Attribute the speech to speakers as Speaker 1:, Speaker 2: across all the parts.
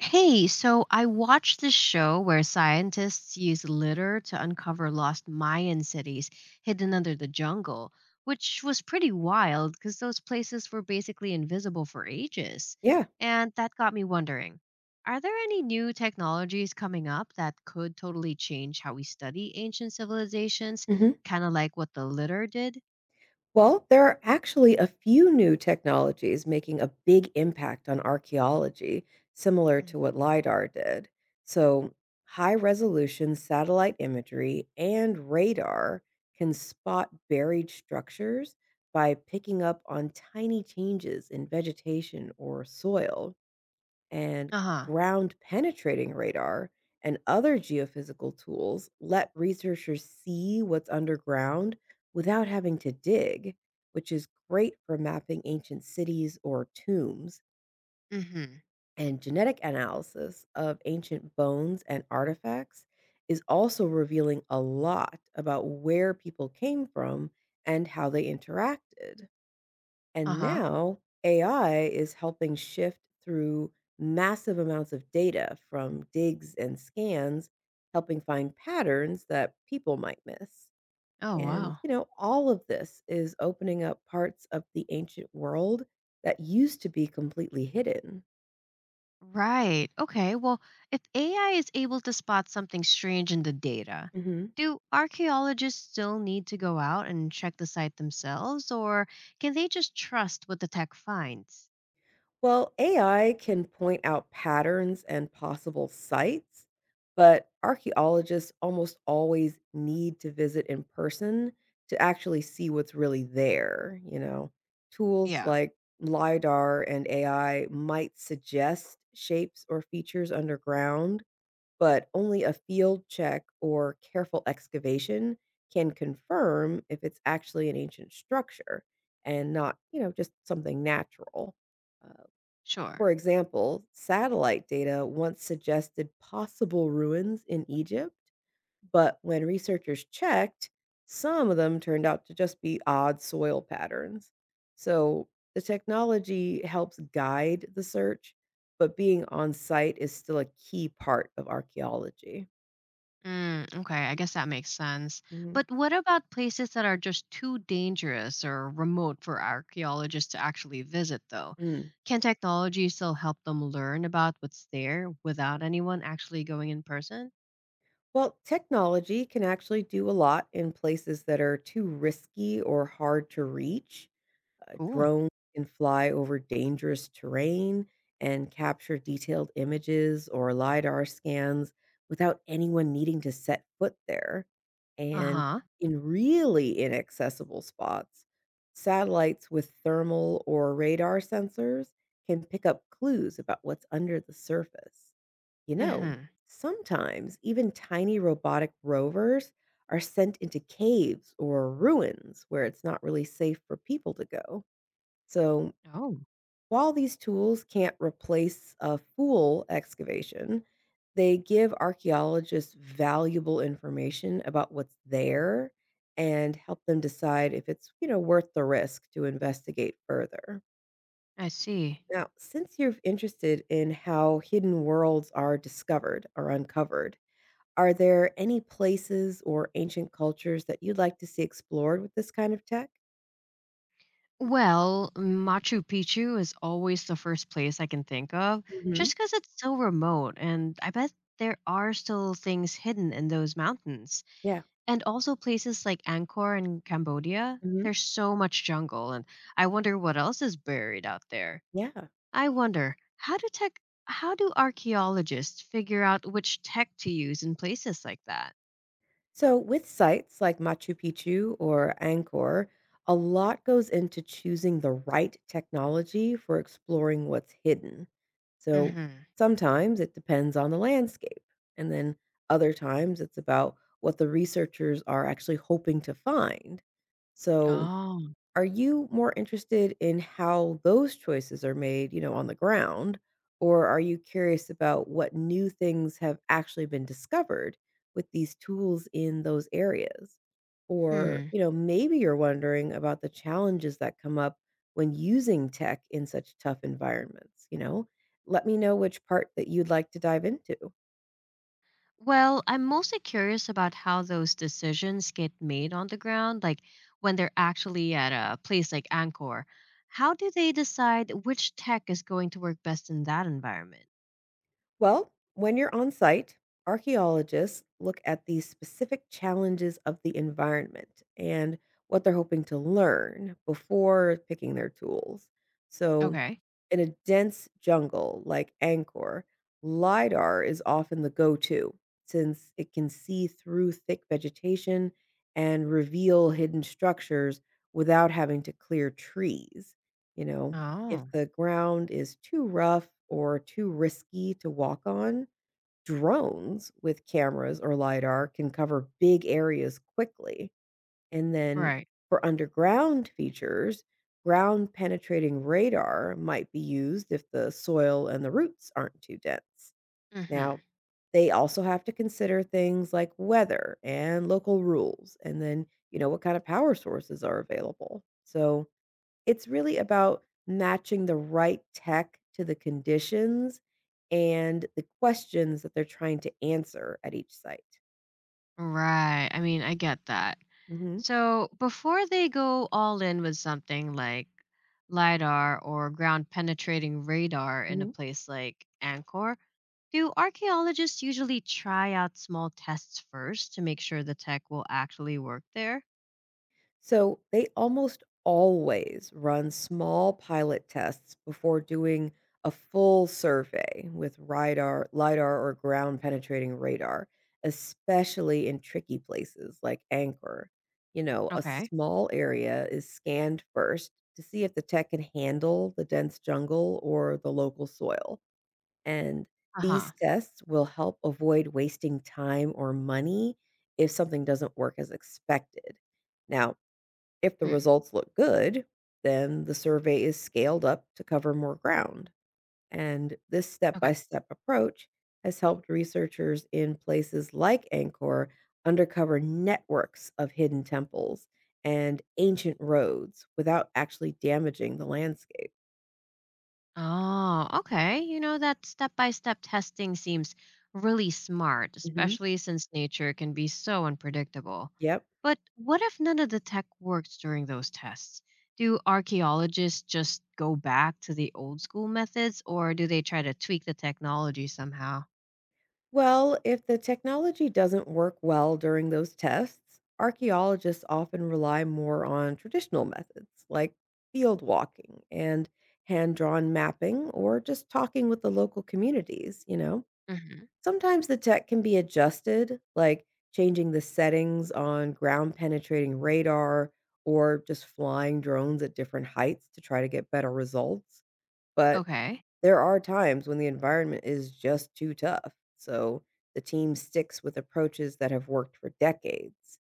Speaker 1: Hey, so I watched this show where scientists use litter to uncover lost Mayan cities hidden under the jungle, which was pretty wild because those places were basically invisible for ages.
Speaker 2: Yeah.
Speaker 1: And that got me wondering, are there any new technologies coming up that could totally change how we study ancient civilizations?
Speaker 2: Mhm.
Speaker 1: Kind of like what the litter did?
Speaker 2: Well, there are actually a few new technologies making a big impact on archaeology, similar to what LIDAR did. So, High resolution satellite imagery and radar can spot buried structures by picking up on tiny changes in vegetation or soil. And
Speaker 1: Uh huh.
Speaker 2: ground penetrating radar and other geophysical tools let researchers see what's underground without having to dig, which is great for mapping ancient cities or tombs.
Speaker 1: Mm hmm.
Speaker 2: And genetic analysis of ancient bones and artifacts is also revealing a lot about where people came from and how they interacted.
Speaker 1: Uh
Speaker 2: And
Speaker 1: huh.
Speaker 2: now AI is helping shift through massive amounts of data from digs and scans, helping find patterns that people might miss.
Speaker 1: Oh, wow.
Speaker 2: All of this is opening up parts of the ancient world that used to be completely hidden.
Speaker 1: Right. Okay. Well, if AI is able to spot something strange in the data, do archaeologists still need to go out and check the site themselves, or can they just trust what the tech finds?
Speaker 2: Well, AI can point out patterns and possible sites, but archaeologists almost always need to visit in person to actually see what's really there. Tools
Speaker 1: Yeah,
Speaker 2: like LIDAR and AI might suggest shapes or features underground, but only a field check or careful excavation can confirm if it's actually an ancient structure and not just something natural. Uh,
Speaker 1: sure.
Speaker 2: for example, satellite data once suggested possible ruins in Egypt, but when researchers checked, some of them turned out to just be odd soil patterns. So the technology helps guide the search, but being on site is still a key part of archaeology.
Speaker 1: Mm, okay, I guess that makes sense.
Speaker 2: hmm
Speaker 1: But what about places that are just too dangerous or remote for archaeologists to actually visit, though?
Speaker 2: Mm.
Speaker 1: Can technology still help them learn about what's there without anyone actually going in person?
Speaker 2: Well, technology can actually do a lot in places that are too risky or hard to reach.
Speaker 1: Cool.
Speaker 2: Drones can fly over dangerous terrain and capture detailed images or LiDAR scans without anyone needing to set foot there.
Speaker 1: Uh
Speaker 2: And
Speaker 1: huh.
Speaker 2: in really inaccessible spots, satellites with thermal or radar sensors can pick up clues about what's under the surface. You know,
Speaker 1: Hmm.
Speaker 2: sometimes even tiny robotic rovers are sent into caves or ruins where it's not really safe for people to go. So,
Speaker 1: Oh,
Speaker 2: while these tools can't replace a full excavation, they give archaeologists valuable information about what's there and help them decide if it's worth the risk to investigate further.
Speaker 1: I see.
Speaker 2: Now, since you're interested in how hidden worlds are discovered or uncovered, are there any places or ancient cultures that you'd like to see explored with this kind of tech?
Speaker 1: Well, Machu Picchu is always the first place I can think of,
Speaker 2: Mhm.
Speaker 1: just because it's so remote, and I bet there are still things hidden in those mountains.
Speaker 2: Yeah.
Speaker 1: And also places like Angkor in Cambodia,
Speaker 2: Mhm.
Speaker 1: there's so much jungle, and I wonder what else is buried out there.
Speaker 2: Yeah.
Speaker 1: I wonder, how do archaeologists figure out which tech to use in places like that?
Speaker 2: So, with sites like Machu Picchu or Angkor, a lot goes into choosing the right technology for exploring what's hidden. So,
Speaker 1: Mm-hmm.
Speaker 2: sometimes it depends on the landscape, and then other times it's about what the researchers are actually hoping to find. So,
Speaker 1: Oh.
Speaker 2: are you more interested in how those choices are made, on the ground, or are you curious about what new things have actually been discovered with these tools in those areas? Or,
Speaker 1: Hmm.
Speaker 2: you know, maybe you're wondering about the challenges that come up when using tech in such tough environments, Let me know which part that you'd like to dive into.
Speaker 1: Well, I'm mostly curious about how those decisions get made on the ground, like when they're actually at a place like Angkor. How do they decide which tech is going to work best in that environment?
Speaker 2: Well, when you're on site, archaeologists look at the specific challenges of the environment and what they're hoping to learn before picking their tools. So,
Speaker 1: Okay.
Speaker 2: in a dense jungle like Angkor, LIDAR is often the go to since it can see through thick vegetation and reveal hidden structures without having to clear trees. You know, if
Speaker 1: Oh,
Speaker 2: the ground is too rough or too risky to walk on, drones with cameras or LiDAR can cover big areas quickly. And then
Speaker 1: right.
Speaker 2: for underground features, ground penetrating radar might be used if the soil and the roots aren't too dense.
Speaker 1: Hmm.
Speaker 2: Now, they also have to consider things like weather and local rules, and then what kind of power sources are available. So, it's really about matching the right tech to the conditions and the questions that they're trying to answer at each site.
Speaker 1: Right. I mean, I get that.
Speaker 2: Mhm.
Speaker 1: So before they go all in with something like LIDAR or ground penetrating radar in a place like Angkor, do archaeologists usually try out small tests first to make sure the tech will actually work there?
Speaker 2: So they almost always run small pilot tests before doing a full survey with radar, lidar, or ground penetrating radar, especially in tricky places like Anchor. You know, a
Speaker 1: Okay.
Speaker 2: small area is scanned first to see if the tech can handle the dense jungle or the local soil. And
Speaker 1: Uh
Speaker 2: these
Speaker 1: huh.
Speaker 2: tests will help avoid wasting time or money if something doesn't work as expected. Now, if the
Speaker 1: Mm.
Speaker 2: results look good, then the survey is scaled up to cover more ground. And this step
Speaker 1: Okay.
Speaker 2: by step approach has helped researchers in places like Angkor undercover networks of hidden temples and ancient roads without actually damaging the landscape.
Speaker 1: Oh, okay. That step by step testing seems really smart,
Speaker 2: hmm
Speaker 1: especially since nature can be so unpredictable.
Speaker 2: Yep.
Speaker 1: But what if none of the tech works during those tests? Do archaeologists just go back to the old school methods, or do they try to tweak the technology somehow?
Speaker 2: Well, if the technology doesn't work well during those tests, archaeologists often rely more on traditional methods like field walking and hand drawn mapping or just talking with the local communities, you know.
Speaker 1: Hmm.
Speaker 2: Sometimes the tech can be adjusted, like changing the settings on ground penetrating radar or just flying drones at different heights to try to get better results. But
Speaker 1: Okay.
Speaker 2: there are times when the environment is just too tough, so the team sticks with approaches that have worked for decades.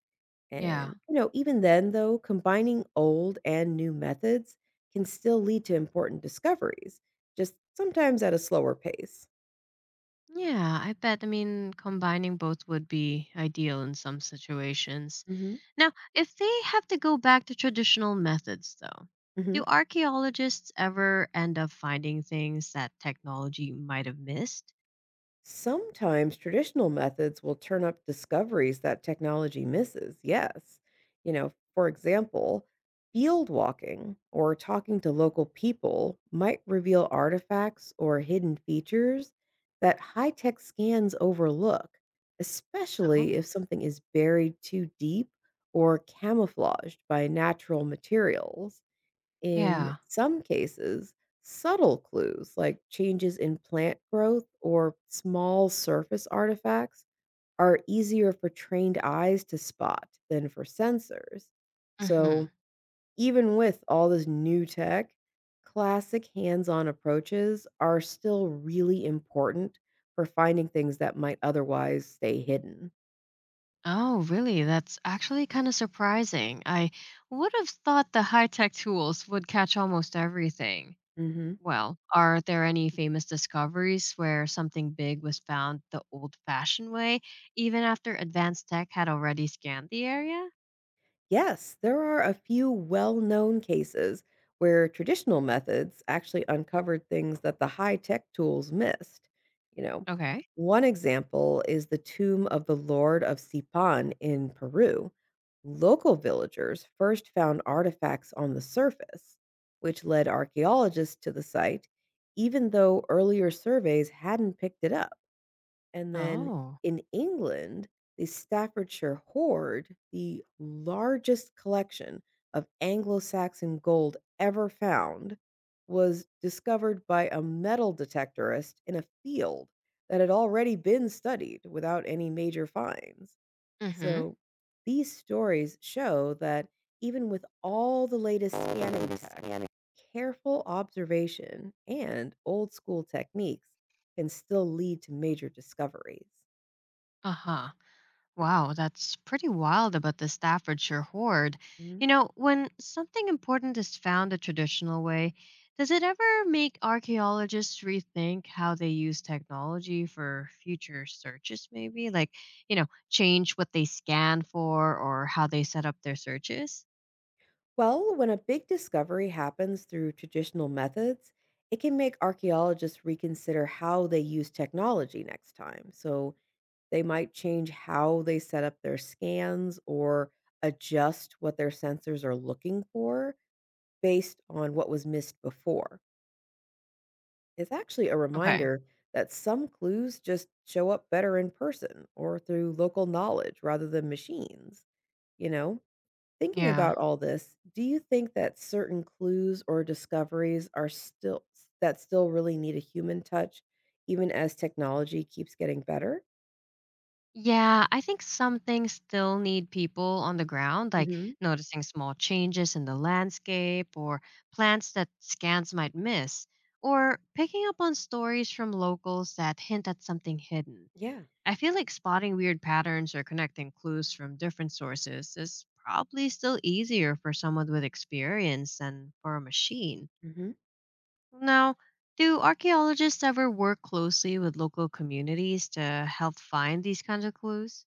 Speaker 1: Yeah.
Speaker 2: Even then, though, combining old and new methods can still lead to important discoveries, just sometimes at a slower pace.
Speaker 1: Yeah, I bet. I mean, combining both would be ideal in some situations.
Speaker 2: hmm
Speaker 1: Now, if they have to go back to traditional methods, though,
Speaker 2: hmm
Speaker 1: do archaeologists ever end up finding things that technology might have missed?
Speaker 2: Sometimes traditional methods will turn up discoveries that technology misses. Yes. You know, for example, field walking or talking to local people might reveal artifacts or hidden features that high tech scans overlook, especially
Speaker 1: Oh.
Speaker 2: if something is buried too deep or camouflaged by natural materials. In
Speaker 1: Yeah.
Speaker 2: some cases, subtle clues like changes in plant growth or small surface artifacts are easier for trained eyes to spot than for sensors.
Speaker 1: Hmm.
Speaker 2: So, even with all this new tech, classic hands on approaches are still really important for finding things that might otherwise stay hidden.
Speaker 1: Oh, really? That's actually kind of surprising. I would have thought the high tech tools would catch almost everything.
Speaker 2: Mhm.
Speaker 1: Well, are there any famous discoveries where something big was found the old fashioned way, even after advanced tech had already scanned the area?
Speaker 2: Yes, there are a few well known cases where traditional methods actually uncovered things that the high tech tools missed. You know,
Speaker 1: Okay.
Speaker 2: one example is the tomb of the Lord of Sipan in Peru. Local villagers first found artifacts on the surface, which led archaeologists to the site, even though earlier surveys hadn't picked it up. And then
Speaker 1: Oh.
Speaker 2: in England, the Staffordshire hoard, the largest collection of Anglo-Saxon gold ever found, was discovered by a metal detectorist in a field that had already been studied without any major finds.
Speaker 1: Mm hmm.
Speaker 2: So these stories show that even with all the latest scanning tech, careful observation and old school techniques can still lead to major discoveries.
Speaker 1: Uh huh. Wow, that's pretty wild about the Staffordshire hoard.
Speaker 2: Mhm.
Speaker 1: When something important is found a traditional way, does it ever make archaeologists rethink how they use technology for future searches, maybe? Like, change what they scan for or how they set up their searches?
Speaker 2: Well, when a big discovery happens through traditional methods, it can make archaeologists reconsider how they use technology next time. So they might change how they set up their scans or adjust what their sensors are looking for based on what was missed before. It's actually a
Speaker 1: Okay.
Speaker 2: reminder that some clues just show up better in person or through local knowledge rather than machines. You know, thinking
Speaker 1: Yeah.
Speaker 2: about all this, do you think that certain clues or discoveries are still that still really need a human touch even as technology keeps getting better?
Speaker 1: Yeah, I think some things still need people on the ground, like
Speaker 2: Mhm.
Speaker 1: noticing small changes in the landscape or plants that scans might miss, or picking up on stories from locals that hint at something hidden.
Speaker 2: Yeah.
Speaker 1: I feel like spotting weird patterns or connecting clues from different sources is probably still easier for someone with experience than for a machine.
Speaker 2: Mhm.
Speaker 1: Now, do archaeologists ever work closely with local communities to help find these kinds of clues?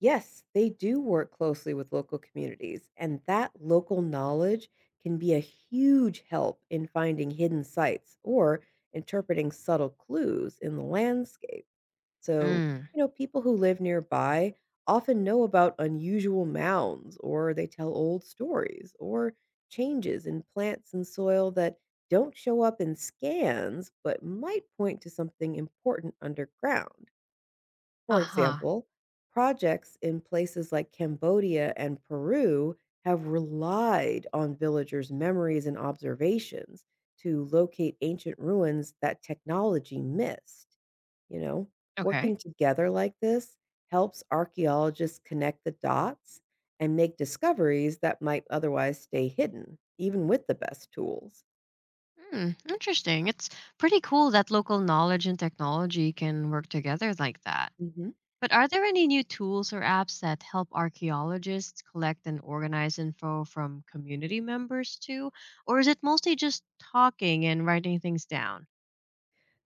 Speaker 2: Yes, they do work closely with local communities, and that local knowledge can be a huge help in finding hidden sites or interpreting subtle clues in the landscape. So,
Speaker 1: Mm.
Speaker 2: you know, people who live nearby often know about unusual mounds, or they tell old stories, or changes in plants and soil that don't show up in scans but might point to something important underground. For
Speaker 1: Uh-huh.
Speaker 2: example, projects in places like Cambodia and Peru have relied on villagers' memories and observations to locate ancient ruins that technology missed. You know,
Speaker 1: Okay.
Speaker 2: working together like this helps archaeologists connect the dots and make discoveries that might otherwise stay hidden, even with the best tools.
Speaker 1: Hmm. Interesting. It's pretty cool that local knowledge and technology can work together like that.
Speaker 2: Mhm.
Speaker 1: But are there any new tools or apps that help archaeologists collect and organize info from community members too? Or is it mostly just talking and writing things down?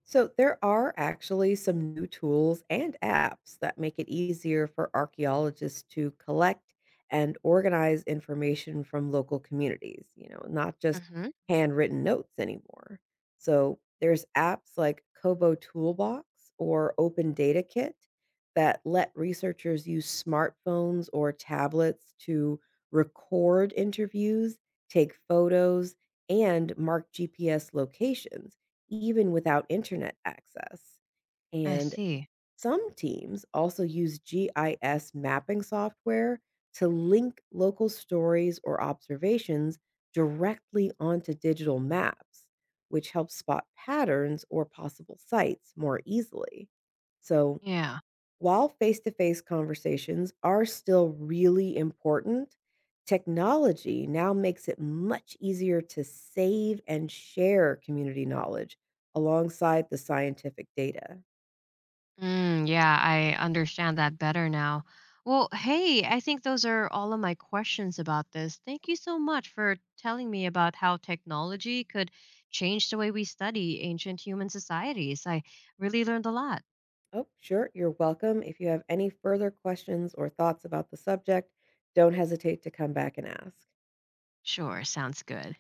Speaker 2: So, there are actually some new tools and apps that make it easier for archaeologists to collect and organize information from local communities, not just
Speaker 1: Mm-hmm.
Speaker 2: handwritten notes anymore. So, there's apps like Kobo Toolbox or Open Data Kit that let researchers use smartphones or tablets to record interviews, take photos, and mark GPS locations even without internet access.
Speaker 1: I
Speaker 2: And
Speaker 1: see.
Speaker 2: some teams also use GIS mapping software to link local stories or observations directly onto digital maps, which helps spot patterns or possible sites more easily. So,
Speaker 1: Yeah.
Speaker 2: while face to face conversations are still really important, technology now makes it much easier to save and share community knowledge alongside the scientific data.
Speaker 1: Mm, yeah, I understand that better now. Well, hey, I think those are all of my questions about this. Thank you so much for telling me about how technology could change the way we study ancient human societies. I really learned a lot.
Speaker 2: Oh, sure, you're welcome. If you have any further questions or thoughts about the subject, don't hesitate to come back and ask.
Speaker 1: Sure, sounds good.